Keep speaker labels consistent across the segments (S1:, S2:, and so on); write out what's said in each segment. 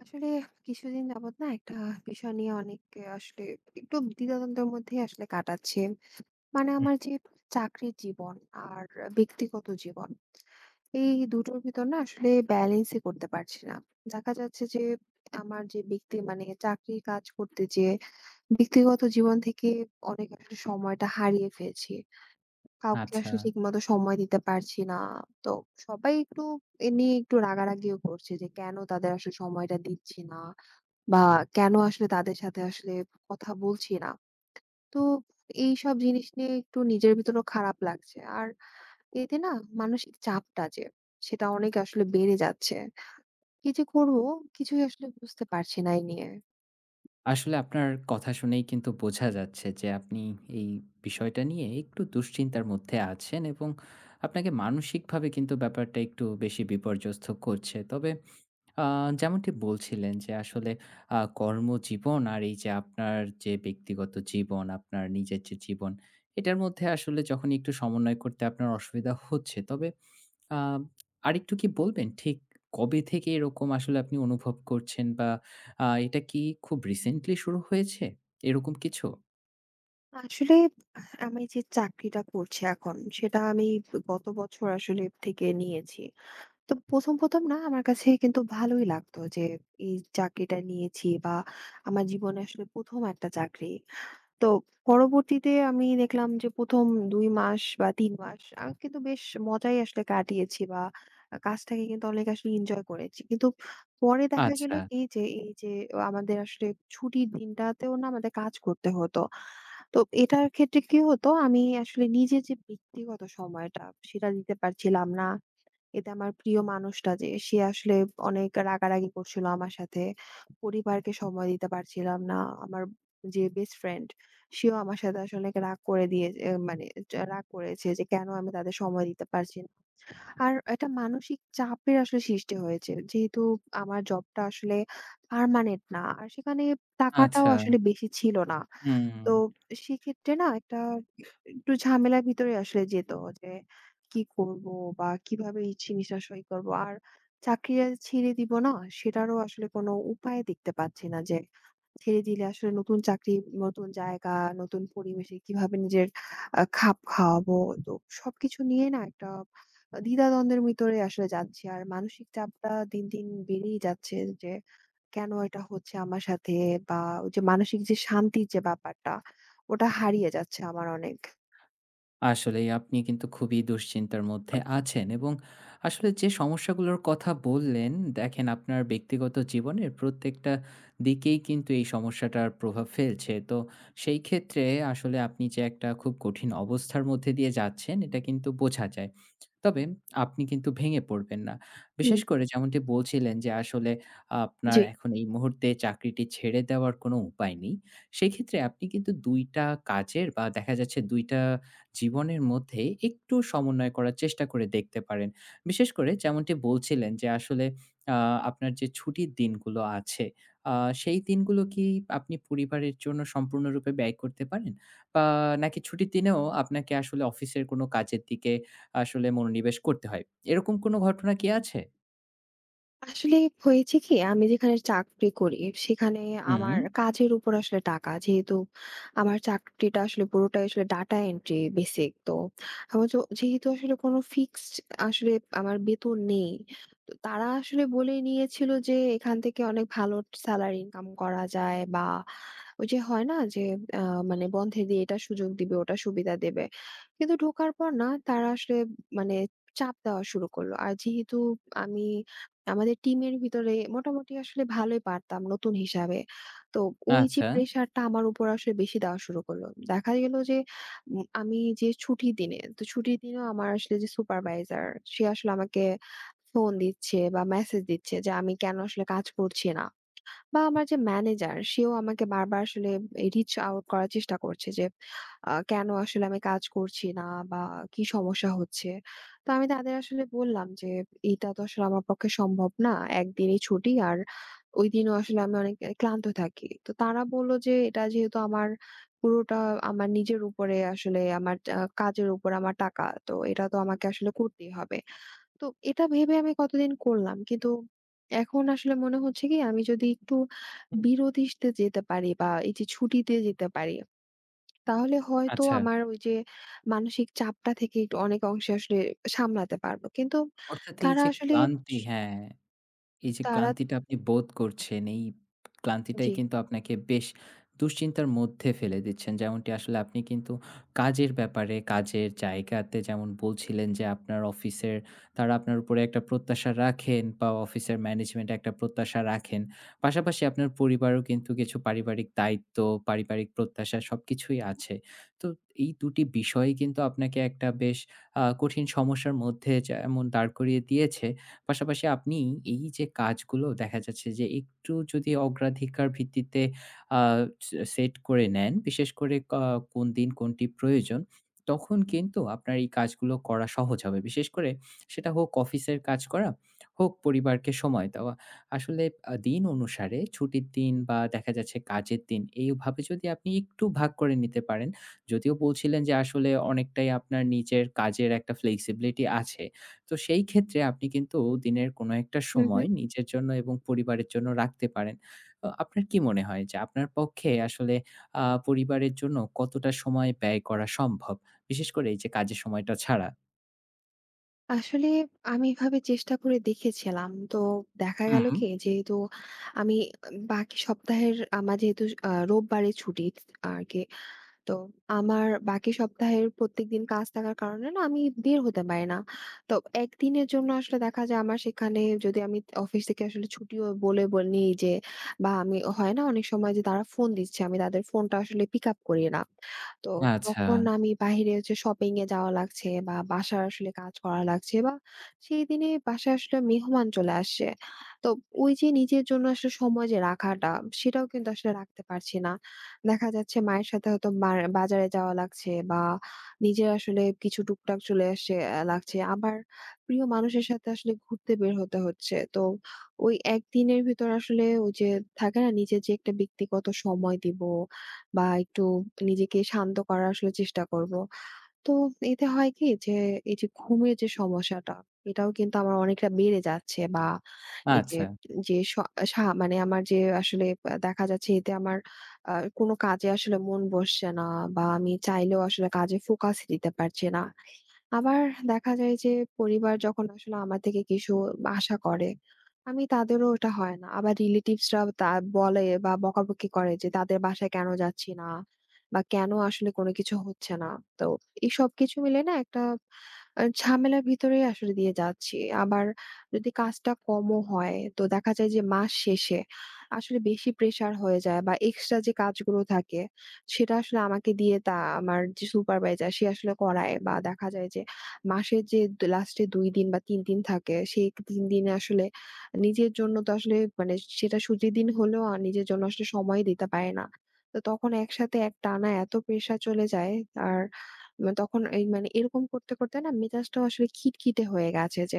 S1: আসলে কিছুদিন যাবত না একটা বিষয় নিয়ে অনেক আসলে একটু দ্বিধাদ্বন্দ্বের মধ্যেই আসলে কাটাচ্ছে। মানে
S2: হুম,
S1: আমার যে চাকরির জীবন আর ব্যক্তিগত জীবন, এই দুটোর ভিতর না আসলে ব্যালেন্সই করতে পারছি না। দেখা যাচ্ছে যে আমার যে ব্যক্তি মানে চাকরির কাজ করতে যেয়ে ব্যক্তিগত জীবন থেকে অনেক আসলে সময়টা হারিয়ে ফেলছি। কাউকে
S2: আচ্ছা।
S1: আসলে ঠিকমতো সময় দিতে পারছি না। তো সবাই একটু এ নিয়ে একটু রাগারাগিও করছে যে কেন তাদের আসলে সময়টা দিচ্ছি না। বা কেন আসলে তাদের সাথে আসলে কথা বলছি না। তো এইসব জিনিস নিয়ে একটু নিজের ভিতরেও খারাপ লাগছে। আর এতে না মানসিক চাপটা যে সেটা অনেক আসলে বেড়ে যাচ্ছে। কি যে করব, কিছুই আসলে বুঝতে পারছি না এই নিয়ে।
S2: আসলে আপনার কথা শুনেই কিন্তু বোঝা যাচ্ছে যে আপনি এই বিষয়টা নিয়ে একটু দুশ্চিন্তার মধ্যে আছেন এবং আপনাকে মানসিকভাবে কিন্তু ব্যাপারটা একটু বেশি বিপর্যস্ত করছে। তবে আ যেমনটি বলছিলেন যে আসলে কর্মজীবন আর এই যে আপনার যে ব্যক্তিগত জীবন, আপনার নিজের যে জীবন, এটার মধ্যে আসলে যখন একটু সমন্বয় করতে আপনার অসুবিধা হচ্ছে। তবে আ আরেকটু কি বলবেন ঠিক কবে থেকে এরকম আসলে আপনি অনুভব করছেন বা এটা কি খুব রিসেন্টলি শুরু হয়েছে? এরকম কিছু?
S1: আসলে আমি যে চাকরিটা করছি এখন, সেটা আমি গত বছর আসলে থেকে নিয়েছি। তো ১ম না আমার কাছে কিন্তু ভালোই লাগতো যে এই চাকরিটা নিয়েছি, বা আমার জীবনে আসলে ১ম একটা চাকরি। তো পরবর্তীতে আমি দেখলাম যে ১ম ২ মাস বা ৩ মাস আমি কিন্তু বেশ মজাই আসলে কাটিয়েছি, বা কাজটাকে কিন্তু অনেক আসলে এনজয় করেছি। কিন্তু পরে দেখা গেল
S2: আচ্ছা,
S1: কি, যে এই যে আমাদের আসলে ছুটির দিনটাতেও না আমাদের কাজ করতে হতো। তো এটার ক্ষেত্রে কি হতো, আমি আসলে নিজে যে ব্যক্তিগত সময়টা, সেটা দিতে পারছিলাম না। এতে আমার প্রিয় মানুষটা, যে, সে আসলে অনেক রাগারাগি করছিল আমার সাথে। পরিবারকে সময় দিতে পারছিলাম না। আমার যে বেস্ট ফ্রেন্ড, সেও আমার সাথে আসলে অনেক রাগ করে দিয়ে মানে যা রাগ করেছে, যে কেন আমি তাদের সময় দিতে পারছি না। আর একটা মানসিক চাপের আসলে সৃষ্টি হয়েছে। যেহেতু আমার জবটা আসলে পার্মানেন্ট না। আর সেখানে টাকাটাও
S2: আচ্ছা।
S1: আসলে বেশি ছিল না।
S2: হুম।
S1: তো সেক্ষেত্রে না একটা একটু ঝামেলার ভিতরে আসলে যেত, যে কি করব বা কিভাবে এই জিনিসটা সই করব, আর চাকরিটা ছেড়ে দিব না সেটারও আসলে কোনো উপায় দেখতে পাচ্ছি না, যে ছেড়ে দিলে আসলে নতুন চাকরি, নতুন জায়গা, নতুন পরিবেশে কিভাবে নিজের খাপ খাওয়াবো? তো সবকিছু নিয়ে না একটা দ্বিধাদ্বন্দ্বের ভিতরে আসলে যাচ্ছি। আর মানসিক চাপটা দিন, দিন বেড়েই যাচ্ছে, যে কেন এটা হচ্ছে আমার সাথে? বা ওই যে মানসিক যে শান্তির যে ব্যাপারটা, ওটা হারিয়ে যাচ্ছে আমার অনেক।
S2: আসলেই আপনি কিন্তু খুবই দুশ্চিন্তার মধ্যে আছেন এবং আসলে যে সমস্যাগুলোর কথা বললেন, দেখেন আপনার ব্যক্তিগত জীবনের প্রত্যেকটা দিকেই কিন্তু এই সমস্যাটার প্রভাব ফেলছে। তো সেই ক্ষেত্রে আসলে আপনি যে একটা খুব কঠিন অবস্থার মধ্যে দিয়ে যাচ্ছেন, এটা কিন্তু বোঝা যায়। তবে আপনি কিন্তু ভেঙে পড়বেন না। বিশেষ
S1: হুম,
S2: করে যেমনটি বলছিলেন যে আসলে আপনার
S1: জি।
S2: এখন এই মুহূর্তে চাকরিটি ছেড়ে দেওয়ার কোনো উপায় নেই। সেক্ষেত্রে আপনি কিন্তু ২ টা কাজের বা দেখা যাচ্ছে ২ টা জীবনের মধ্যে একটু সমন্বয় করার চেষ্টা করে দেখতে পারেন। বিশেষ করে যেমনটি বলছিলেন যে আসলে আ আপনার যে ছুটির দিনগুলো আছে, আ সেই দিনগুলো কি আপনি পরিবারের জন্য সম্পূর্ণরূপে ব্যয় করতে পারেন? বা নাকি ছুটির দিনেও আপনাকে আসলে অফিসের কোনো কাজের দিকে আসলে মনোনিবেশ করতে হয়? এরকম কোনো ঘটনা কি আছে?
S1: আসলে হয়েছে কি, আমি যেখানে চাকরি করি সেখানে
S2: হুম,
S1: আমার কাজের উপর আসলে টাকা। যেহেতু আমার চাকরিটা আসলে পুরোটাই আসলে ডাটা এন্ট্রি বেসিক, তো আমার যেহেতু আসলে কোনো ফিক্সড আসলে আমার বেতন নেই, তারা আসলে বলে নিয়েছিল যে এখান থেকে অনেক ভালো স্যালারি ইনকাম করা যায়, বা ওই যে হয় না যে, মানে বন্ধে দিয়ে এটা সুযোগ দিবে, ওটা সুবিধা দেবে। কিন্তু ঢোকার পর না তারা আসলে, মানে, চাপ দেওয়া শুরু করলো। আর যেহেতু আমি আমাদের টিমের ভিতরে মোটামুটি আসলে ভালোই পারতাম নতুন হিসাবে, তো ওই যে
S2: আচ্ছা।
S1: প্রেসারটা আমার উপর আসলে বেশি দেওয়া শুরু করলো। দেখা গেল যে আমি যে ছুটির দিনে, তো ছুটির দিনেও আমার আসলে যে সুপারভাইজার, সে আসলে আমাকে ফোন দিচ্ছে বা মেসেজ দিচ্ছে, যে আমি কেন আসলে কাজ করছি না। বা আমার যে ম্যানেজার, সেও আমাকে বারবার আসলে reach out করার চেষ্টা করছে, যে কেন আসলে আমি কাজ করছি না, বা কি সমস্যা হচ্ছে। তো আমি তাদের আসলে বললাম যে এটা তো আসলে আমার পক্ষে সম্ভব না। একদিনই ছুটি, আর ওইদিনও আসলে আমি অনেক ক্লান্ত থাকি। তো তারা বলল যে এটা যেহেতু আমার পুরোটা আমার নিজের উপরে আসলে, আমার কাজের উপর আমার টাকা, তো এটা তো আমাকে আসলে করতেই হবে। তো এটা ভেবে আমি কতদিন করলাম। কিন্তু এখন আসলে মনে হচ্ছে কি আমি যদি একটু
S2: হুম,
S1: বিরতিতে যেতে পারি বা এই যে ছুটিতে যেতে পারি, তাহলে হয়তো
S2: আচ্ছা।
S1: আমার ওই যে মানসিক চাপটা থেকে একটু অনেক অংশে আসলে সামলাতে পারবো। কিন্তু
S2: অর্থাৎ এই
S1: তারা
S2: যে
S1: আসলে
S2: ক্লান্তি
S1: স
S2: হ্যাঁ। এই যে
S1: তারা।
S2: ক্লান্তিটা আপনি বোধ করছেন, এই
S1: জি।
S2: ক্লান্তিটাই কিন্তু আপনাকে বেশ দুশ্চিন্তার মধ্যে ফেলে দিচ্ছেন। যেমনটি আসলে আপনি কিন্তু কাজের ব্যাপারে, কাজের জায়গাতে যেমন বলছিলেন যে আপনার অফিসের তারা আপনার উপরে একটা প্রত্যাশা রাখেন বা অফিসের ম্যানেজমেন্ট একটা প্রত্যাশা রাখেন। পাশাপাশি আপনার পরিবারও কিন্তু কিছু পারিবারিক দায়িত্ব, পারিবারিক প্রত্যাশা সবকিছুই আছে। তো এই ২ টি বিষয়ই কিন্তু আপনাকে একটা বেশ কঠিন সমস্যার মধ্যে যেমন দাঁড় করিয়ে দিয়েছে পাশাপাশি আপনি এই যে কাজগুলো দেখা যাচ্ছে যে একটু যদি অগ্রাধিকার ভিত্তিতে আ সে সেট করে নেন, বিশেষ করে কোন দিন কোনটি প্রয়োজন, তখন কিন্তু আপনার এই কাজগুলো করা সহজ হবে। বিশেষ করে সেটা হোক অফিসের কাজ করা, হোক পরিবারকে সময় দেওয়া। আসলে দিন অনুসারে ছুটির দিন বা দেখা যাচ্ছে কাজের দিন, এইভাবে যদি আপনি একটু ভাগ করে নিতে পারেন, যদিও বলছিলেন যে আসলে অনেকটাই আপনার নিজের কাজের একটা ফ্লেক্সিবিলিটি আছে। তো সেই ক্ষেত্রে আপনি কিন্তু দিনের কোনো একটা
S1: হুম,
S2: সময়
S1: হুম।
S2: নিজের জন্য এবং পরিবারের জন্য রাখতে পারেন। আপনার কি মনে হয় যে আপনার পক্ষে আসলে পরিবারের জন্য কতটা সময় ব্যয় করা সম্ভব? বিশেষ করে এই যে কাজের সময়টা ছাড়া?
S1: আসলে আমি এভাবে চেষ্টা করে দেখেছিলাম। তো দেখা গেল
S2: হুম।
S1: কি, যেহেতু আমি বাকি সপ্তাহের, আমার যেহেতু রোববারে ছুটি আরকি, তো আমার বাকি সপ্তাহের প্রত্যেকদিন কাজ থাকার কারণে না আমি বের হতে পারি না। তো একদিনের জন্য আসলে দেখা যায় আমার, সেখানে যদি আমি অফিস থেকে আসলে ছুটিও বলে নিই যে, বা আমি, হয় না অনেক সময় যে তারা ফোন দিচ্ছে, আমি তাদের ফোনটা আসলে পিক আপ করি না। তো
S2: আচ্ছা,
S1: তখন আমি বাহিরে হচ্ছে শপিং এ যাওয়া লাগছে, বা বাসার আসলে কাজ করা লাগছে, বা সেই দিনে বাসায় আসলে মেহমান চলে আসছে। তো ওই যে নিজের জন্য আসলে সময় যে রাখাটা, সেটাও কিন্তু আসলে রাখতে পারছি না। দেখা যাচ্ছে মায়ের সাথে হয়তো মার বাজারে যাওয়া লাগছে, বা নিজের আসলে কিছু টুকটাক চলে আসে লাগছে। আবার প্রিয় মানুষের সাথে আসলে ঘুরতে বের হতে হচ্ছে। তো ওই একদিনের ভিতর আসলে ওই যে থাকে না নিজের যে একটা ব্যক্তিগত সময় দিব, বা একটু নিজেকে শান্ত করার আসলে চেষ্টা করব। তো এতে হয় কি যে, এই যে ঘুমের যে সমস্যাটা, এটাও কিন্তু আমার অনেকটা বেড়ে যাচ্ছে, বা এই যে,
S2: আচ্ছা,
S1: যে স সা মানে আমার যে আসলে দেখা যাচ্ছে এতে আমার আ কোনো কাজে আসলে মন বসছে না, বা আমি চাইলেও আসলে কাজে ফোকাস দিতে পারছি না। আবার দেখা যায় যে পরিবার যখন আসলে আমার থেকে কিছু আশা করে, আমি তাদেরও ওটা হয় না। আবার relatives রাও বলে বা বকাবকি করে যে তাদের বাসায় কেন যাচ্ছি না, বা কেন আসলে কোনো কিছু হচ্ছে না। তো এই সবকিছু মিলে না একটা ঝামেলার ভিতরেই আসলে দিয়ে যাচ্ছি। আবার যদি কাজটা কমও হয় তো দেখা যায় যে মাস শেষে আসলে বেশি প্রেশার হয়ে যায়, বা এক্সট্রা যে কাজগুলো থাকে সেটা আসলে আমাকে দিয়ে আমার যে সুপারভাইজার, সে আসলে করায়। বা দেখা যায় যে মাসের যে লাস্টে ২ দিন বা ৩ দিন থাকে, সেই ৩ দিনে আসলে নিজের জন্য, তো আসলে, মানে, সেটা ছুটির দিন হলেও নিজের জন্য আসলে সময় দিতে পারি না। তো তখন একসাথে একটানা এত প্রেশার চলে যায়। আর মা তখন, এই, মানে, এরকম করতে, করতে না মেজাজটাও আসলে খিটখিটে হয়ে গেছে, যে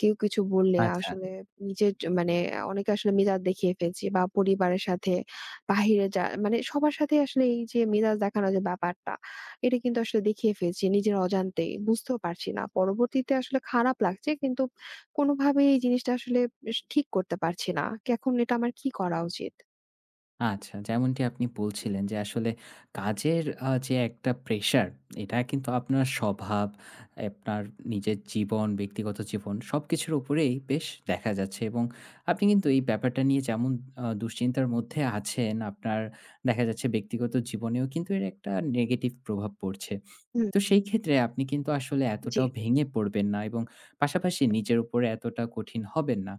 S1: কেউ কিছু বললে
S2: আচ্ছা।
S1: আসলে নিজের জ মানে অনেকে আসলে মেজাজ দেখিয়ে ফেলছি, বা পরিবারের সাথে, বাহিরে মানে সবার সাথেই আসলে এই যে মেজাজ দেখানোর যে ব্যাপারটা, এটা কিন্তু আসলে দেখিয়ে ফেলছি নিজের অজান্তেই। বুঝতেও পারছি না। পরবর্তীতে আসলে খারাপ লাগছে, কিন্তু কোনোভাবেই এই জিনিসটা আসলে বেশ ঠিক করতে পারছি না। এখন এটা আমার কি করা উচিত?
S2: আচ্ছা, যেমনটি আপনি বলছিলেন যে আসলে কাজের যে একটা প্রেশার, এটা কিন্তু আপনার স্বভাব, আপনার নিজের জীবন, ব্যক্তিগত জীবন সবকিছুর উপরেই বেশ দেখা যাচ্ছে এবং আপনি কিন্তু এই ব্যাপারটা নিয়ে যেমন দুশ্চিন্তার মধ্যে আছেন, আপনার দেখা যাচ্ছে ব্যক্তিগত জীবনেও কিন্তু এর একটা নেগেটিভ প্রভাব পড়ছে।
S1: হুম।
S2: তো সেই ক্ষেত্রে আপনি কিন্তু আসলে
S1: জি।
S2: এতটাও ভেঙে পড়বেন না এবং পাশাপাশি নিজের উপরে এতটা কঠিন হবেন না।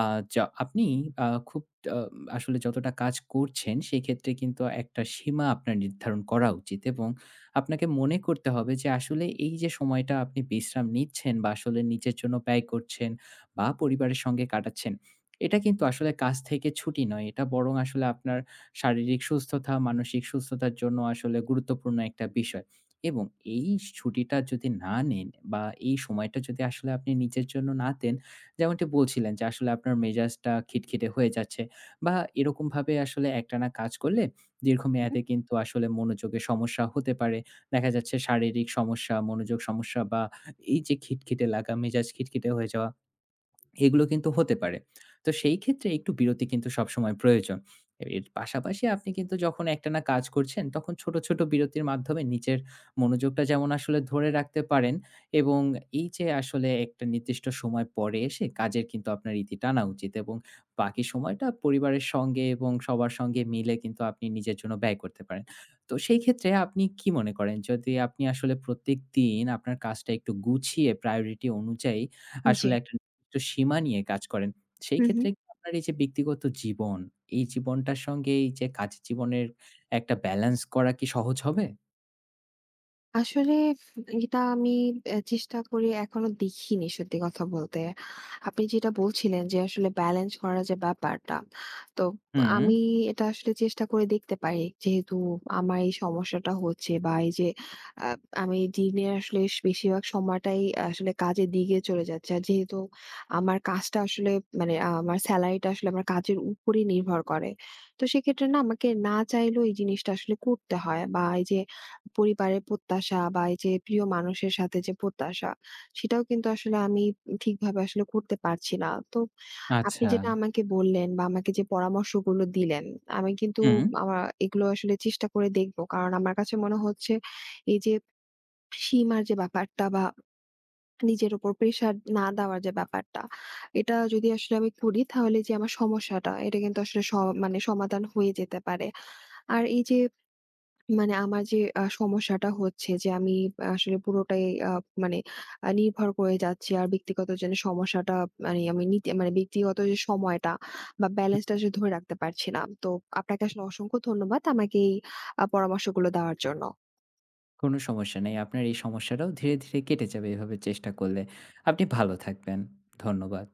S2: আ যা আপনি খুব আ আসলে যতটা কাজ করছেন সেক্ষেত্রে কিন্তু একটা সীমা আপনার নির্ধারণ করা উচিত এবং আপনাকে মনে করতে হবে যে আসলে এই যে সময়টা আপনি বিশ্রাম নিচ্ছেন বা আসলে নিজের জন্য ব্যয় করছেন বা পরিবারের সঙ্গে কাটাচ্ছেন, এটা কিন্তু আসলে কাজ থেকে ছুটি নয়। এটা বরং আসলে আপনার শারীরিক সুস্থতা, মানসিক সুস্থতার জন্য আসলে গুরুত্বপূর্ণ একটা বিষয় এবং এই ছুটিটা যদি না নেন বা এই সময়টা যদি আসলে আপনি নিজের জন্য না দেন যেমনটি বলছিলেন যে আসলে আপনার মেজাজটা খিটখিটে হয়ে যাচ্ছে বা এরকমভাবে আসলে একটানা কাজ করলে
S1: হুম।
S2: দীর্ঘমেয়াদে কিন্তু আসলে মনোযোগে সমস্যা হতে পারে। দেখা যাচ্ছে শারীরিক সমস্যা, মনোযোগ সমস্যা বা এই যে খিটখিটে লাগা, মেজাজ খিটখিটে হয়ে যাওয়া এগুলো কিন্তু হতে পারে। তো সেই ক্ষেত্রে একটু বিরতি কিন্তু সবসময় প্রয়োজন। এর পাশাপাশি আপনি কিন্তু যখন একটানা কাজ করছেন তখন ছোট, ছোট বিরতির মাধ্যমে নিজের মনোযোগটা যেমন আসলে ধরে রাখতে পারেন এবং এই যে আসলে একটা নির্দিষ্ট সময় পরে এসে কাজের কিন্তু আপনার ইতি টানা উচিত এবং বাকি সময়টা পরিবারের সঙ্গে এবং সবার সঙ্গে মিলে কিন্তু আপনি নিজের জন্য ব্যয় করতে পারেন। তো সেই ক্ষেত্রে আপনি কি মনে করেন যদি আপনি আসলে প্রত্যেকদিন আপনার কাজটা একটু গুছিয়ে প্রায়োরিটি অনুযায়ী
S1: জি।
S2: আসলে একটা তো সীমা নিয়ে কাজ করেন। সেই
S1: হু, হু।
S2: ক্ষেত্রে কি আপনার এই যে ব্যক্তিগত জীবন, এই জীবনটার সঙ্গে এই যে কাজের জীবনের একটা ব্যালেন্স করা কি সহজ হবে?
S1: আসলে এটা আমি চেষ্টা করে এখনো দেখিনি সত্যি কথা বলতে। আপনি যেটা বলছিলেন যে আসলে ব্যালেন্স করার যে ব্যাপারটা, তো
S2: হুম,
S1: আমি এটা আসলে চেষ্টা করে দেখতে পারি। যেহেতু আমার এই সমস্যাটা হচ্ছে, বা এই যে আ আমি দিনের আসলে বেশিরভাগ সময়টাই আসলে কাজের দিকে চলে যাচ্ছে। আর যেহেতু আমার কাজটা আসলে, মানে, আমার সেলারিটা আসলে আমার কাজের উপরেই নির্ভর করে। তো সেক্ষেত্রে না, আমাকে না চাইলেও এই জিনিসটা আসলে করতে হয়, বা এই যে পরিবারের প্রত্যাশা বা এই যে প্রিয় মানুষের সাথে যে প্রত্যাশা, সেটাও কিন্তু আসলে আমি ঠিকভাবে আসলে করতে পারছি না। তো আপনি
S2: আচ্ছা।
S1: যেটা আমাকে বললেন বা আমাকে যে পরামর্শগুলো দিলেন, আমি কিন্তু
S2: হুম,
S1: আমা এগুলো আসলে চেষ্টা করে দেখব। কারণ আমার কাছে মনে হচ্ছে এই যে সীমার যে ব্যাপারটা, বা নিজের উপর প্রেশার না দেওয়ার যে ব্যাপারটা, এটা যদি আসলে আমি করি তাহলে যে আমার সমস্যাটা, এটা কিন্তু আসলে মানে সমাধান হয়ে যেতে পারে। আর এই যে, মানে আমার যে সমস্যাটা হচ্ছে যে আমি আসলে পুরোটাই আ মানে নির্ভর করে যাচ্ছি। আর ব্যক্তিগত যেন সমস্যাটা, মানে আমি নিতে, মানে ব্যক্তিগত যে সময়টা বা ব্যালেন্সটা আসলে ধরে রাখতে পারছি না। তো আপনাকে আসলে অসংখ্য ধন্যবাদ আমাকে এই পরামর্শগুলো দেওয়ার জন্য।
S2: কোনো সমস্যা নেই। আপনার এই সমস্যাটাও ধীরে, ধীরে কেটে যাবে এভাবে চেষ্টা করলে। আপনি ভালো থাকবেন। ধন্যবাদ।